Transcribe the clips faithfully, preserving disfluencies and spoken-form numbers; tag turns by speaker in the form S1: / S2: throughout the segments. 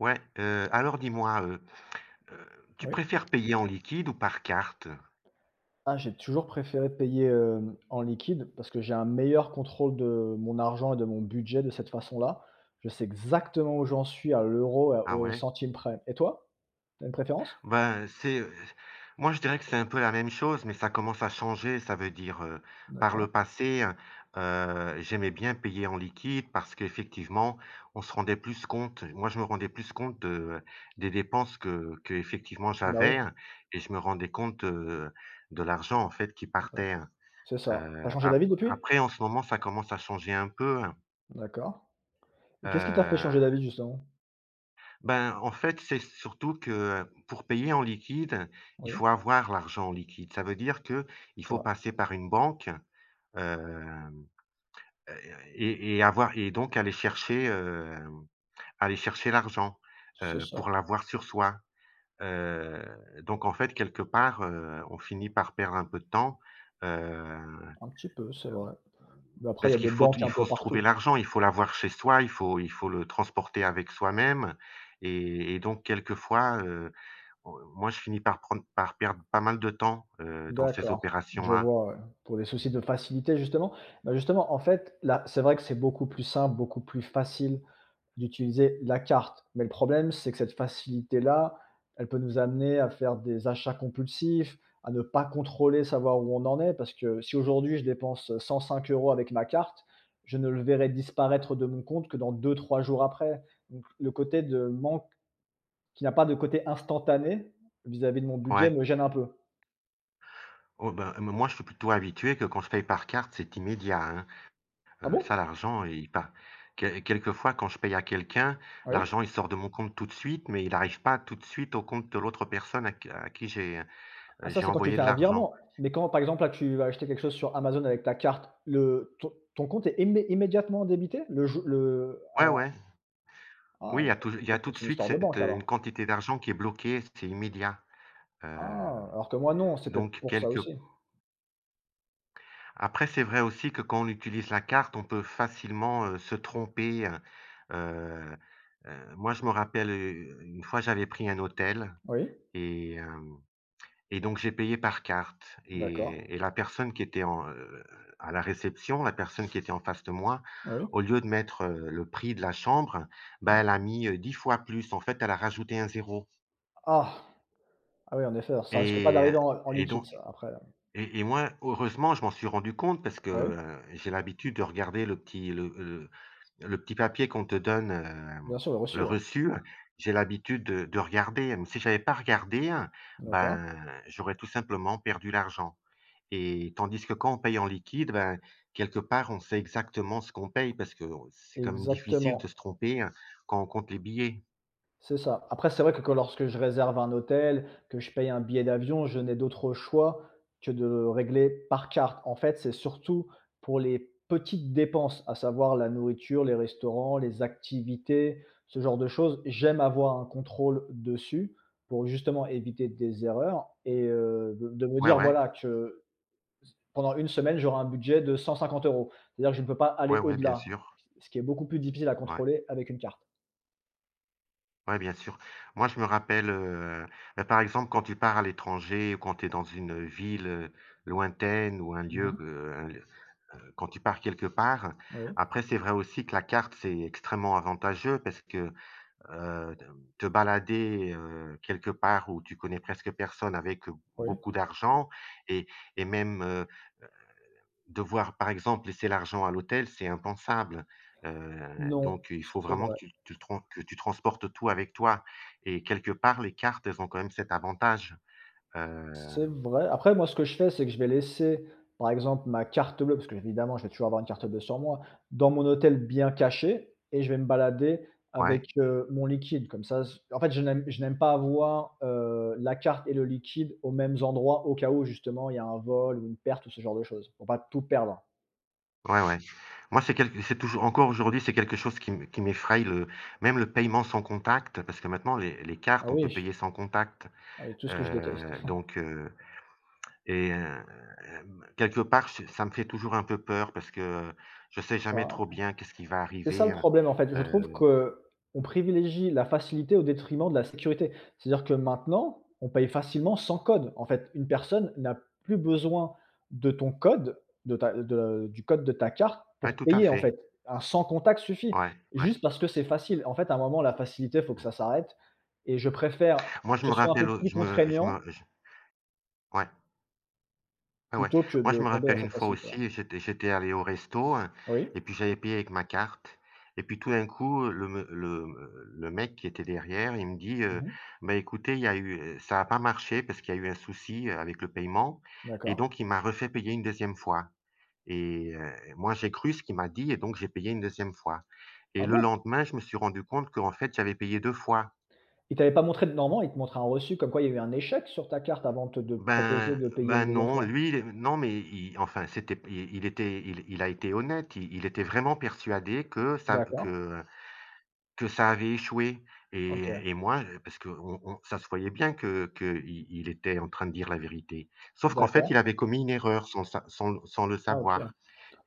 S1: Ouais, heu, alors dis-moi, heu heu, tu
S2: Oui.
S1: préfères payer en liquide ou par carte?
S2: Ah, j'ai toujours préféré payer, hem, en liquide parce que j'ai un meilleur contrôle de mon argent et de mon budget de cette façon-là. Je sais exactement où j'en suis à l'euro et
S1: Ah
S2: au
S1: ouais?
S2: centime près. Et toi? t'as une préférence?
S1: Ben, c'est, heu, moi je dirais que c'est un peu la même chose, mais ça commence à changer. Ça veut dire, heu, par
S2: D'accord.
S1: le passé, heu heu, j'aimais bien payer en liquide parce qu'effectivement, on se rendait plus compte. Moi, je me rendais plus compte de des dépenses que que effectivement
S2: Bah, oui,
S1: j'avais, hein, et je me rendais compte, heu, de l'argent en fait qui partait.
S2: d'accord. C'est ça. T'as
S1: Heu,
S2: changé
S1: ap
S2: d'avis depuis?
S1: après en ce moment, ça commence à changer un peu,
S2: D'accord. Et qu'est-ce qui t'a fait changer
S1: heu
S2: d'avis justement?
S1: Ben, en fait, c'est surtout que pour payer en liquide, il
S2: Oui,
S1: faut avoir l'argent en liquide. Ça veut dire que il
S2: c'est
S1: faut
S2: vrai.
S1: passer par une banque, hem, et et avoir et donc aller chercher, hem, aller chercher l'argent,
S2: C'est
S1: heu, pour
S2: ça,
S1: l'avoir sur soi. Heu, donc en fait, quelque part, heu, on finit par perdre un peu de temps, heu,
S2: un petit peu, c'est vrai. Mais après il y
S1: parce
S2: a
S1: qu'il
S2: des
S1: faut
S2: banques
S1: il
S2: un peu
S1: faut se trouver
S2: partout.
S1: l'argent, il faut l'avoir chez soi, il faut il faut le transporter avec soi-même et et donc quelquefois, heu Heu, moi, je finis par prendre par perdre pas mal de temps, heu, dans ces
S2: D'accord, je
S1: opérations-là.
S2: vois, ouais. Pour des soucis de facilité justement. Bah, justement, en fait, là, c'est vrai que c'est beaucoup plus simple, beaucoup plus facile d'utiliser la carte. Mais le problème, c'est que cette facilité-là, elle peut nous amener à faire des achats compulsifs, à ne pas contrôler, savoir où on en est. Parce que si aujourd'hui je dépense cent cinq euros avec ma carte, je ne le verrai disparaître de mon compte que dans deux-trois jours après. Donc le côté de manque qui n'a pas de côté instantané vis-à-vis de mon budget
S1: Ouais.
S2: me gêne un peu.
S1: Oh, ben, m moi, je suis plutôt habitué que quand je paye par carte, c'est immédiat, hein.
S2: Ah
S1: Heu, ça,
S2: bon?
S1: l'argent, il part que quelquefois, quand je paye à quelqu'un,
S2: Oui?
S1: l'argent, il sort de mon compte tout de suite, mais il n'arrive pas tout de suite au compte de l'autre personne à q à qui j'ai, heu,
S2: Ah ça,
S1: j'ai
S2: c'est quand tu
S1: envoyé
S2: fais
S1: de
S2: un
S1: l'argent.
S2: virement, mais quand, par exemple, là, tu vas acheter quelque chose sur Amazon avec ta carte, le ton ton compte est immé immédiatement débité? Le jou le
S1: Ouais,
S2: ah
S1: ouais. Oui, il
S2: ah,
S1: y a tou il y a
S2: peut-être
S1: tout
S2: que
S1: de
S2: c'est une
S1: suite
S2: histoire de
S1: cette,
S2: banque
S1: heu, une
S2: alors?
S1: quantité d'argent qui est bloquée, c'est immédiat. Heu,
S2: Ah, alors que moi non, c'est peut-être
S1: donc
S2: pour ça
S1: quelque
S2: aussi.
S1: Après, c'est vrai aussi que quand on utilise la carte, on peut facilement, heu, se tromper, heu heu heu, moi, je me rappelle, heu, une fois, j'avais pris un hôtel
S2: Oui,
S1: et hem et donc j'ai payé par carte
S2: d'accord,
S1: et et la personne qui était en, heu, à la réception, la personne qui était en face de moi,
S2: oui,
S1: au lieu de mettre, heu, le prix de la chambre, bah, elle a
S2: d'accord.
S1: mis, heu, dix fois plus. En fait, elle a rajouté un zéro
S2: Ah! Ah oui, en effet, alors ça risque pas
S1: et
S2: d'arriver en en
S1: et
S2: liquide
S1: donc
S2: ça, après, heu
S1: et et moi, heureusement, je m'en suis rendu compte parce que,
S2: oui,
S1: heu, j'ai l'habitude de regarder le petit le, heu, Le petit papier qu'on te donne,
S2: bien
S1: hem,
S2: sûr, le
S1: le
S2: reçu, ouais,
S1: reçu, j'ai l'habitude de de regarder, mais si j'avais pas regardé,
S2: d'accord.
S1: ben, j'aurais tout simplement perdu l'argent et tandis que quand on paye en liquide, ben, quelque part, on sait exactement ce qu'on paye parce que c'est quand même difficile de
S2: Exactement.
S1: se tromper, hein, quand on compte les billets.
S2: C'est ça. Après, c'est vrai que quand lorsque je réserve un hôtel, que je paye un billet d'avion, je n'ai d'autre choix que de régler par carte. En fait, c'est surtout pour les petites dépenses, à savoir la nourriture, les restaurants, les activités, ce genre de choses. J'aime avoir un contrôle dessus pour justement éviter des erreurs et heu, de de me
S1: Ouais,
S2: dire,
S1: ouais.
S2: voilà, que pendant une semaine, j'aurai un budget de cent cinquante euros. C'est-à-dire que je ne peux pas aller
S1: Ouais, ouais, bien
S2: au-delà,
S1: sûr.
S2: ce qui est beaucoup plus difficile à
S1: Ouais.
S2: contrôler avec une carte.
S1: Ouais, bien sûr. Moi, je me rappelle, heu, bah, par exemple, quand tu pars à l'étranger ou quand tu es dans une ville, heu, lointaine ou un lieu,
S2: Mmh.
S1: heu, quand tu pars quelque part,
S2: Oui,
S1: après c'est vrai aussi que la carte, c'est extrêmement avantageux parce que, heu, te balader, heu, quelque part où tu connais presque personne avec
S2: oui.
S1: beaucoup d'argent et et même, heu, devoir, par exemple, laisser l'argent à l'hôtel, c'est impensable. Heu,
S2: Non,
S1: donc il faut
S2: c'est
S1: vraiment que
S2: vrai.
S1: tu tu tran que tu transportes tout avec toi et quelque part les cartes, elles ont quand même cet avantage. Heu,
S2: C'est vrai. Après moi, ce que je fais, c'est que je vais laisser, par exemple, ma carte bleue, parce que évidemment, je vais toujours avoir une carte bleue sur moi, dans mon hôtel bien cachée et je vais me balader
S1: ouais.
S2: avec, heu, mon liquide. Comme ça, s en fait, je n'aime je n'aime pas avoir, heu, la carte et le liquide aux mêmes endroits au cas où, justement, il y a un vol ou une perte ou ce genre de choses, pour pas tout perdre.
S1: Ouais, ouais. Moi, c'est quelque c'est toujours encore aujourd'hui, c'est quelque chose qui m qui m'effraie, le même le paiement sans contact, parce que maintenant les les cartes,
S2: Ah
S1: on peut
S2: oui,
S1: payer sans contact,
S2: ah oui, tout ce que je déteste.
S1: heu, donc heu et hem, quelque part, ch ça me fait toujours un peu peur parce que, heu, je sais jamais trop bien qu'est-ce qui va
S2: C'est ça
S1: arriver,
S2: le
S1: heu
S2: problème, en fait. Je trouve
S1: heu
S2: que on privilégie la facilité au détriment de la sécurité. C'est-à-dire que maintenant, on paye facilement sans code. En fait, une personne n'a plus besoin de ton code, de ta de du code de ta carte
S1: ouais,
S2: pour
S1: tout à
S2: payer, en
S1: fait.
S2: fait. Un sans contact suffit,
S1: Ouais, ouais.
S2: juste parce que c'est facile. En fait, à un moment, la facilité, il faut que ça s'arrête et je préfère
S1: Moi, je me
S2: que ce soit un
S1: rappelle,
S2: peu
S1: heu,
S2: plus
S1: je me je me
S2: contraignant
S1: je ouais. Ah ouais.
S2: plutôt que
S1: Moi, je
S2: de
S1: me
S2: tomber
S1: rappelle
S2: dans
S1: une
S2: cette
S1: fois
S2: facilité-là.
S1: aussi, j'étais j'étais allé au resto, heu,
S2: Oui?
S1: et puis j'avais payé avec ma carte et puis tout d'un coup, le me le le mec qui était derrière, il me dit, heu:
S2: Mmh.
S1: «Bah, écoutez, il y a eu, heu, ça a pas marché parce qu'il y a eu un souci, heu, avec le paiement» et
S2: D'accord.
S1: donc il m'a refait payer une deuxième fois et heu, moi, j'ai cru ce qu'il m'a dit et donc j'ai payé une deuxième fois et
S2: Ah
S1: le
S2: bon?
S1: lendemain, je me suis rendu compte qu'en fait, j'avais payé deux fois.
S2: Il t'avait pas montré de normalement, il te montrait un reçu comme quoi il y a eu un échec sur ta carte avant te de proposer
S1: Ben
S2: de payer
S1: ben
S2: une deuxième
S1: non,
S2: fois?
S1: lui, il est non, mais il, enfin, c'était il il était il il a été honnête, il il était vraiment persuadé que ça
S2: D'accord,
S1: que que ça avait échoué et
S2: OK,
S1: et moi, parce que on on- ça se voyait bien que que il il était en train de dire la vérité. Sauf qu'en fait, il
S2: d'accord.
S1: avait commis une erreur sans sa sans le sans le
S2: Ah OK.
S1: savoir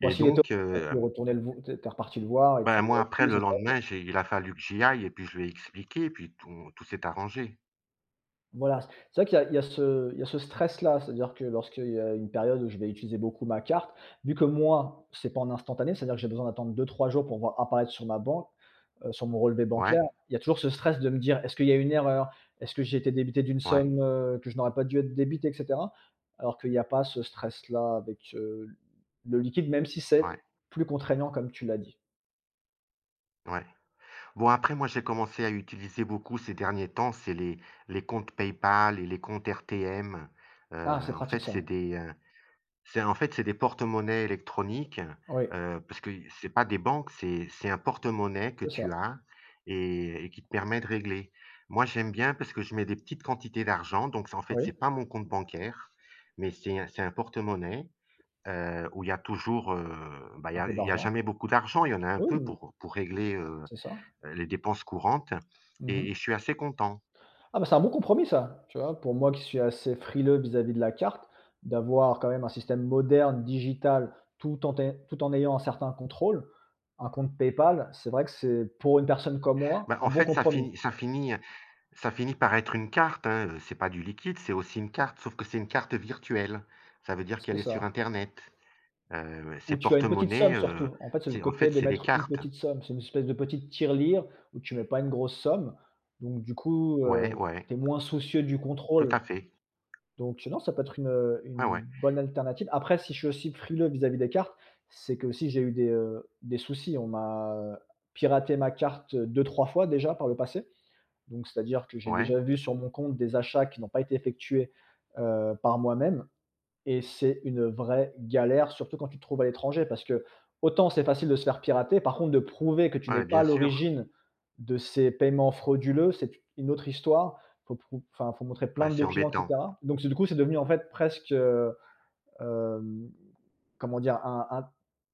S2: Bon,
S1: et
S2: s'il était
S1: donc,
S2: honnête, tu as
S1: heu,
S2: pu retourner le vo tu es tu es reparti le voir et tu
S1: ben,
S2: lui
S1: moi,
S2: as
S1: après,
S2: dit: «Ça
S1: le
S2: s'est réglé».
S1: lendemain, j'ai il a fallu que j'y aille et puis je lui ai expliqué et puis tout tout s'est arrangé.
S2: Voilà, c c'est vrai qu'il y a il y a ce il y a ce stress-là, c'est-à-dire que lorsqu'il y a une période où je vais utiliser beaucoup ma carte, vu que moi, c'est pas en instantané, c'est-à-dire que j'ai besoin d'attendre deux trois jours pour voir apparaître sur ma banque, heu, sur mon relevé
S1: Ouais,
S2: bancaire, il y a toujours ce stress de me dire: «Est-ce qu'il y a une erreur? Est-ce que j'ai été débité d'une
S1: ouais,
S2: somme, heu, que je n'aurais pas dû être débité?» et cetera. Alors qu'il y a pas ce stress-là avec, heu, le liquide, même si
S1: ouais,
S2: c'est plus contraignant comme tu l'as dit.
S1: ouais. Bon, après, moi, j'ai commencé à utiliser beaucoup ces derniers temps, c'est les les comptes PayPal et les comptes R T M.
S2: Ah,
S1: Heu,
S2: c'est
S1: en
S2: pratique
S1: fait,
S2: ça.
S1: c'est des, heu, c'est en fait, c'est des porte-monnaies électroniques,
S2: Oui,
S1: heu, parce que c'est pas des banques, c'est c'est un porte-monnaie que
S2: c'est
S1: tu
S2: ça.
S1: as et et qui te permet de régler. Moi, j'aime bien parce que je mets des petites quantités d'argent, donc c'est en fait,
S2: Oui,
S1: c'est pas mon compte bancaire, mais c'est un c'est un porte-monnaie, heu, où il y a toujours, heu, bah, il y
S2: un
S1: a
S2: peu
S1: il y a
S2: d'argent.
S1: jamais beaucoup d'argent, il y en a un
S2: Oui,
S1: peu
S2: oui,
S1: pour pour régler, heu
S2: c'est ça.
S1: heu, les dépenses courantes et et
S2: Mmh.
S1: je suis assez content.
S2: Ah bah, c'est un bon compromis ça, tu vois? Pour moi qui suis assez frileux vis-à-vis de la carte, d'avoir quand même un système moderne, digital, tout en té tout en ayant un certain contrôle, un compte PayPal, c'est vrai que c'est pour une personne comme moi,
S1: Bah, en
S2: un bon
S1: fait, ça
S2: compromis.
S1: finit ça finit, ça finit par être une carte, hein, heu, c'est pas du liquide, c'est aussi une carte, sauf que c'est une carte virtuelle. Ça veut dire
S2: C'est
S1: qu'elle est sur
S2: ça.
S1: internet. Heu, ces
S2: Où tu as une petite
S1: porte-monnaies,
S2: somme
S1: heu,
S2: surtout. En fait, c'est le
S1: c'est en
S2: côté
S1: fait,
S2: de
S1: c'est des
S2: mettre une
S1: cartes.
S2: petite somme. C'est une espèce de petite tirelire où tu mets pas une grosse somme. Donc du coup,
S1: Ouais,
S2: heu,
S1: ouais,
S2: tu es moins soucieux du
S1: tout à
S2: contrôle.
S1: fait.
S2: Donc non, ça peut être une,
S1: Ouais,
S2: une
S1: ouais.
S2: bonne alternative. Après, si je suis aussi frileux vis-à-vis des cartes, c'est que aussi j'ai eu des, heu, des soucis. On m'a piraté ma carte, deux, trois fois déjà par le passé. Donc c'est-à-dire que j'ai
S1: Ouais,
S2: déjà vu sur mon compte des achats qui n'ont pas été effectués, heu, par moi-même et c'est une vraie galère, surtout quand tu te trouves à l'étranger parce que, autant c'est facile de se faire pirater, par contre de prouver que tu n'es
S1: ouais,
S2: pas
S1: bien
S2: à
S1: sûr.
S2: l'origine de ces paiements frauduleux, c'est une autre histoire. Faut prou enfin, faut montrer
S1: Ouais,
S2: plein de
S1: c'est
S2: documents et
S1: embêtant.
S2: cetera. Donc c'est du coup, c'est devenu en fait presque, heu, hem, comment dire? Un un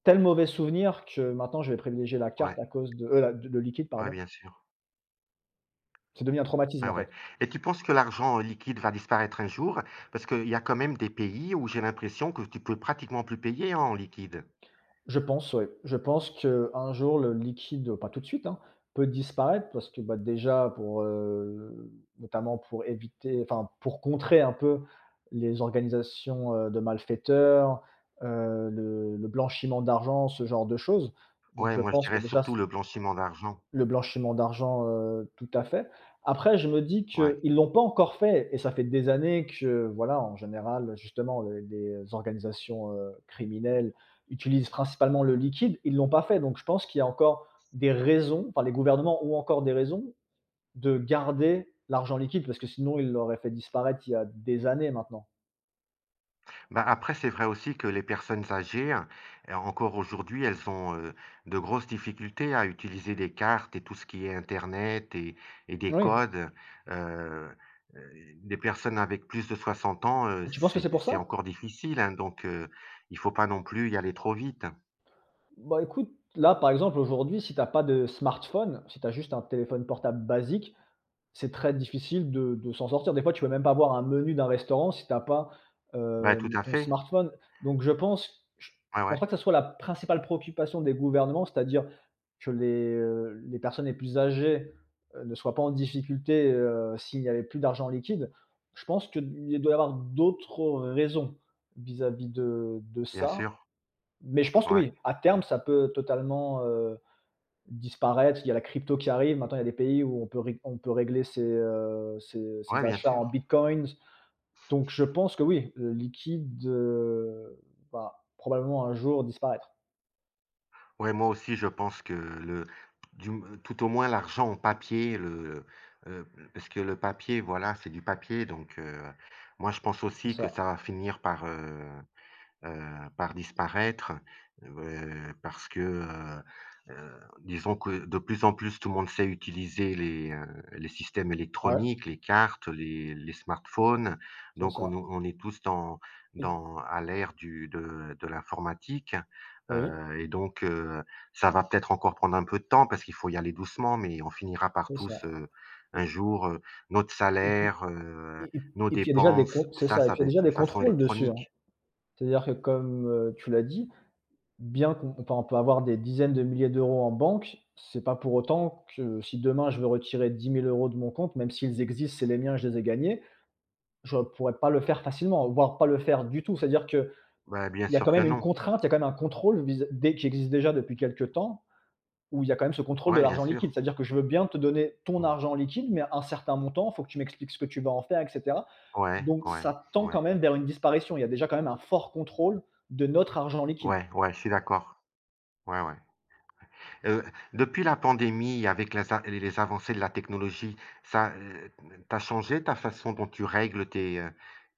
S2: tel mauvais souvenir que maintenant je vais privilégier la
S1: Ouais,
S2: carte à cause de, heu, la de le liquide
S1: ouais,
S2: pardon.
S1: bien sûr.
S2: C'est devenu un traumatisme
S1: Ouais,
S2: en
S1: ouais,
S2: fait.
S1: et tu penses que l'argent, heu, liquide va disparaître un jour? Parce qu'il y a quand même des pays où j'ai l'impression que tu peux pratiquement plus payer en liquide.
S2: Je pense, ouais. Je pense qu'un jour, le liquide, pas tout de suite, hein, peut disparaître parce que, bah, déjà pour, heu, notamment pour éviter enfin, pour contrer un peu les organisations, heu, de malfaiteurs, heu, le le blanchiment d'argent, ce genre de choses. Donc
S1: Ouais,
S2: je
S1: moi je
S2: pense que
S1: dirais
S2: déjà
S1: surtout le blanchiment d'argent,
S2: le blanchiment d'argent, heu, tout à fait. Après, je me dis
S1: ouais.
S2: qu'ils l'ont pas encore fait et ça fait des années que, voilà, en général, justement, les les organisations, heu, criminelles utilisent principalement le liquide. Ils l'ont pas fait, donc je pense qu'il y a encore des raisons, enfin, les gouvernements ont encore des raisons de garder l'argent liquide parce que sinon ils l'auraient fait disparaître il y a des années maintenant.
S1: Bah, après c'est vrai aussi que les personnes âgées, heu, encore aujourd'hui, elles ont, heu, de grosses difficultés à utiliser des cartes et tout ce qui est internet et et des
S2: Oui.
S1: codes. Heu heu, des personnes avec plus de soixante ans, heu,
S2: Tu penses que
S1: c'est
S2: c'est pour
S1: c'est
S2: ça?
S1: encore difficile, hein, donc heu, il faut pas non plus y aller trop vite.
S2: Bah, écoute, là, par exemple, aujourd'hui, si tu as pas de smartphone, si tu as juste un téléphone portable basique, C'est très difficile de de s'en sortir. Des fois, tu peux même pas voir un menu d'un restaurant si tu as pas,
S1: Bah, tout
S2: hem,
S1: à
S2: ton
S1: fait.
S2: smartphone. Donc je pense je je
S1: Ouais,
S2: pense
S1: ouais,
S2: pas que ça soit la principale préoccupation des gouvernements, c'est-à-dire que les, heu, les personnes les plus âgées, heu, ne soient pas en difficulté, heu, s'il n'y avait plus d'argent liquide. Je pense qu'il doit y avoir d'autres raisons vis-à-vis de de
S1: bien
S2: ça.
S1: sûr.
S2: Mais je pense que
S1: Ouais.
S2: oui, à terme, ça peut totalement, heu Disparaître, il y a la crypto qui arrive, maintenant il y a des pays où on peut rég on peut régler ses, heu, ses
S1: Ouais,
S2: ses
S1: bien
S2: achats en
S1: sûr.
S2: bitcoins. Donc je pense que oui, le liquide, heu, va probablement un jour disparaître.
S1: Ouais, moi aussi, je pense que le du tout au moins l'argent en papier, le, heu, parce que le papier, voilà, c'est du papier, donc heu, moi je pense
S2: C'est
S1: aussi que
S2: ça.
S1: ça va finir par, heu Heu, par disparaître, heu, parce que, heu heu, disons que de plus en plus tout le monde sait utiliser les, heu, les systèmes
S2: Ouais,
S1: électroniques, les cartes, les les smartphones.
S2: c'est
S1: Donc on
S2: ça.
S1: on est tous dans
S2: Et
S1: dans à l'ère du de de l'informatique,
S2: oui,
S1: heu et donc heu, ça va peut-être encore prendre un peu de temps parce qu'il faut y aller doucement, mais on finira par
S2: c'est ça.
S1: tous, heu, un
S2: Et
S1: jour, heu, notre
S2: et puis
S1: salaire, heu,
S2: et et
S1: nos
S2: et puis il y a déjà des
S1: dépenses,
S2: con
S1: tout
S2: c'est
S1: ça,
S2: ça et
S1: ça
S2: puis il
S1: va
S2: y a
S1: être
S2: déjà
S1: une
S2: des
S1: façon
S2: contrôles dessus, hein.
S1: électronique.
S2: C'est-à-dire que comme, heu, tu l'as dit bien qu'on enfin, on peut avoir des dizaines de milliers d'euros en banque, c'est pas pour autant que si demain je veux retirer dix mille euros de mon compte, même s'ils existent, c'est les miens, je les ai gagnés, je pourrais pas le faire facilement, voire pas le faire du tout. C'est-à-dire qu'il
S1: Bah, bien
S2: y a
S1: sûr
S2: quand
S1: que
S2: même une
S1: non.
S2: contrainte, il y a quand même un contrôle vis dès qui existe déjà depuis quelques temps, où il y a quand même ce contrôle de
S1: Ouais, bien
S2: l'argent
S1: sûr.
S2: liquide. C'est-à-dire que je veux bien te donner ton
S1: Mmh.
S2: argent liquide, mais un certain montant, il faut que tu m'expliques ce que tu vas en faire, et cetera.
S1: Ouais,
S2: Donc
S1: ouais,
S2: ça tend
S1: ouais,
S2: quand même vers une disparition. Il y a déjà quand même un fort contrôle de notre argent liquide.
S1: ouais, ouais, je suis d'accord. Ouais, ouais. Heu, Depuis la pandémie, avec les a les avancées de la technologie, ça, heu, tu changé ta façon dont tu règles tes, heu,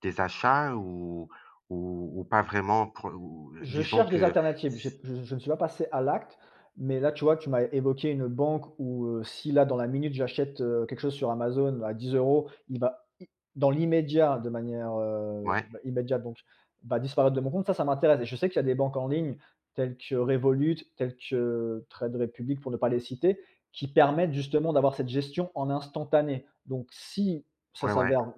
S1: tes achats ou ou ou pas vraiment pour ou
S2: Je
S1: disons
S2: cherche des
S1: que
S2: alternatives. J'ai je je ne suis pas passé à l'acte, mais là, tu vois, tu m'as évoqué une banque où, heu, si là, dans la minute, j'achète, heu, quelque chose sur Amazon à dix euros, il va i dans l'immédiat, de manière, heu,
S1: ouais,
S2: bah, immédiate donc, va disparaître de mon compte. Ça, ça m'intéresse et je sais qu'il y a des banques en ligne telles que Revolut, telles que Trade Republic pour ne pas les citer, qui permettent justement d'avoir cette gestion en instantané. Donc si ça
S1: ouais, ouais,
S2: s'avère,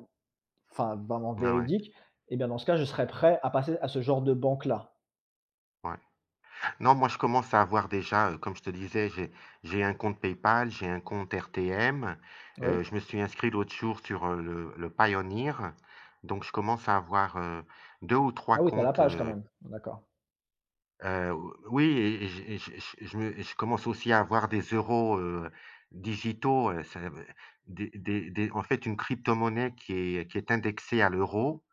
S2: enfin, vraiment
S1: ouais, ouais,
S2: véridique eh bien, dans ce cas, je serais prêt à passer à ce genre de banque-là.
S1: ouais. Non, moi, je commence à avoir déjà, heu, comme je te disais, j'ai j'ai un compte PayPal, j'ai un compte R T M, heu,
S2: Oui?
S1: je me suis inscrit l'autre jour sur, heu, le le Payoneer, donc je commence à avoir, heu, deux ou trois
S2: Ah oui, tu as la
S1: comptes,
S2: page quand
S1: heu,
S2: même? D'accord.
S1: Heu, oui et et je et je je je me je commence aussi à avoir des euros, heu, digitaux, heu, ça me des des des en fait, une cryptomonnaie qui est qui est indexée à l'euro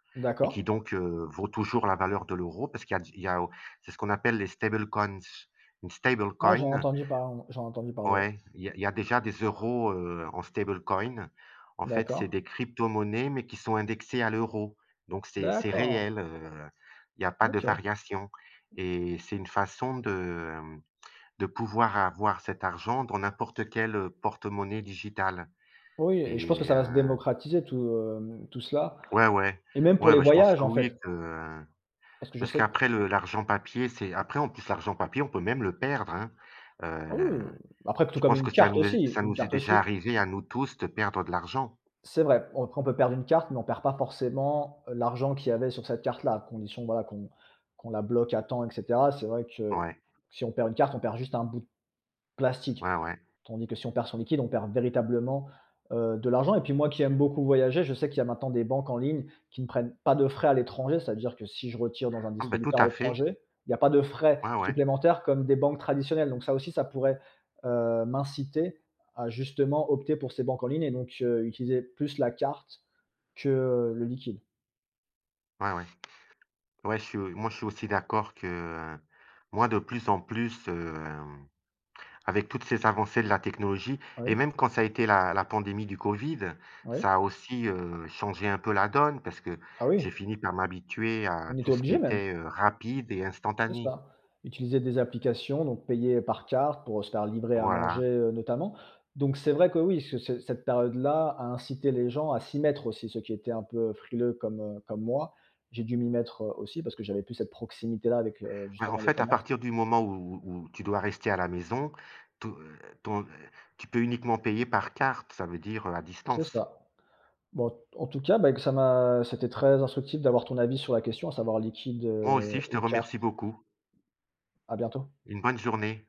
S1: et
S2: D'accord.
S1: qui donc, heu, vaut toujours la valeur de l'euro parce qu'il y a d il y a au c'est ce qu'on appelle les stablecoins. Une
S2: Ah, j'en ai
S1: stablecoin
S2: entendu par j'en ai entendu parler, ouais.
S1: Ouais, il y a il y a déjà des euros, heu, en stablecoin. En fait,
S2: D'accord.
S1: c'est des cryptomonnaies, mais qui sont indexées à l'euro. Donc c'est c'est
S2: D'accord.
S1: réel, heu, il y a pas de
S2: OK.
S1: variation et c'est une façon de, hem, de pouvoir avoir cet argent dans n'importe quel, heu, porte-monnaie digital
S2: Oui et je pense que
S1: et
S2: ça va se
S1: heu
S2: démocratiser tout, hem, tout cela
S1: ouais, ouais.
S2: et même pour
S1: Ouais,
S2: les
S1: bah, je pense
S2: voyages,
S1: que
S2: en fait,
S1: oui, que euh,
S2: parce que je
S1: parce
S2: sais que.
S1: qu'après le l'argent papier, c'est après en plus l'argent papier, on peut même le perdre, hein,
S2: Ah
S1: heu
S2: oui, euh, après tout
S1: Je
S2: comme
S1: pense que
S2: une
S1: ça
S2: carte
S1: nous
S2: aussi
S1: est ça
S2: une
S1: nous est
S2: carte
S1: déjà
S2: aussi.
S1: arrivé à nous tous de perdre de l'argent.
S2: C'est vrai, on après on peut perdre une carte, mais on perd pas forcément, heu, l'argent qu'il y avait sur cette carte-là, à condition, voilà, qu'on qu'on la bloque à temps et cetera. C'est vrai que
S1: Ouais,
S2: si on perd une carte, on perd juste un bout de plastique.
S1: ouais, ouais.
S2: Tandis que si on perd son liquide, on perd véritablement, heu, de l'argent et puis moi qui aime beaucoup voyager, je sais qu'il y a maintenant des banques en ligne qui ne prennent pas de frais à l'étranger. cest à dire que si je retire dans un
S1: Ah bah, tout
S2: distributeur à
S1: à fait.
S2: l'étranger, il n'y a pas de frais
S1: Ouais, ouais.
S2: supplémentaires comme des banques traditionnelles. Donc ça aussi, ça pourrait, heu, m'inciter à justement opter pour ces banques en ligne et donc, heu, utiliser plus la carte que, heu, le liquide.
S1: Ouais, ouais. Ouais, je suis moi, je suis aussi d'accord que, heu, moi, de plus en plus, hem, avec toutes ces avancées de la technologie
S2: Ah Oui,
S1: et même quand ça a été la la pandémie du covid,
S2: Ah oui.
S1: ça a aussi, heu, changé un peu la donne parce que
S2: Ah oui,
S1: j'ai fini par m'habituer à
S2: on
S1: tout
S2: était
S1: ce qui
S2: obligé même.
S1: était, heu, rapide et
S2: C'est
S1: instantané.
S2: ça. Utiliser des applications, donc payer par carte pour se faire livrer à manger,
S1: Voilà.
S2: heu, notamment. Donc c'est vrai que oui, ce ce cette période-là a incité les gens à s'y mettre aussi, ceux qui étaient un peu frileux comme, heu, comme moi. J'ai dû m'y mettre, heu, aussi parce que j'avais plus cette proximité-là avec, heu,
S1: Bah, en
S2: justement les
S1: fait, à
S2: commerces.
S1: partir du moment où où tu dois rester à la maison, to heu, ton, heu, tu peux uniquement payer par carte, ça veut dire, heu, à
S2: C'est
S1: distance.
S2: ça. Bon, en tout cas, bah, que ça m'a c'était très instructif d'avoir ton avis sur la question, à savoir liquide,
S1: Moi aussi,
S2: heu,
S1: je te
S2: ou carte.
S1: remercie beaucoup.
S2: À bientôt.
S1: Une bonne journée.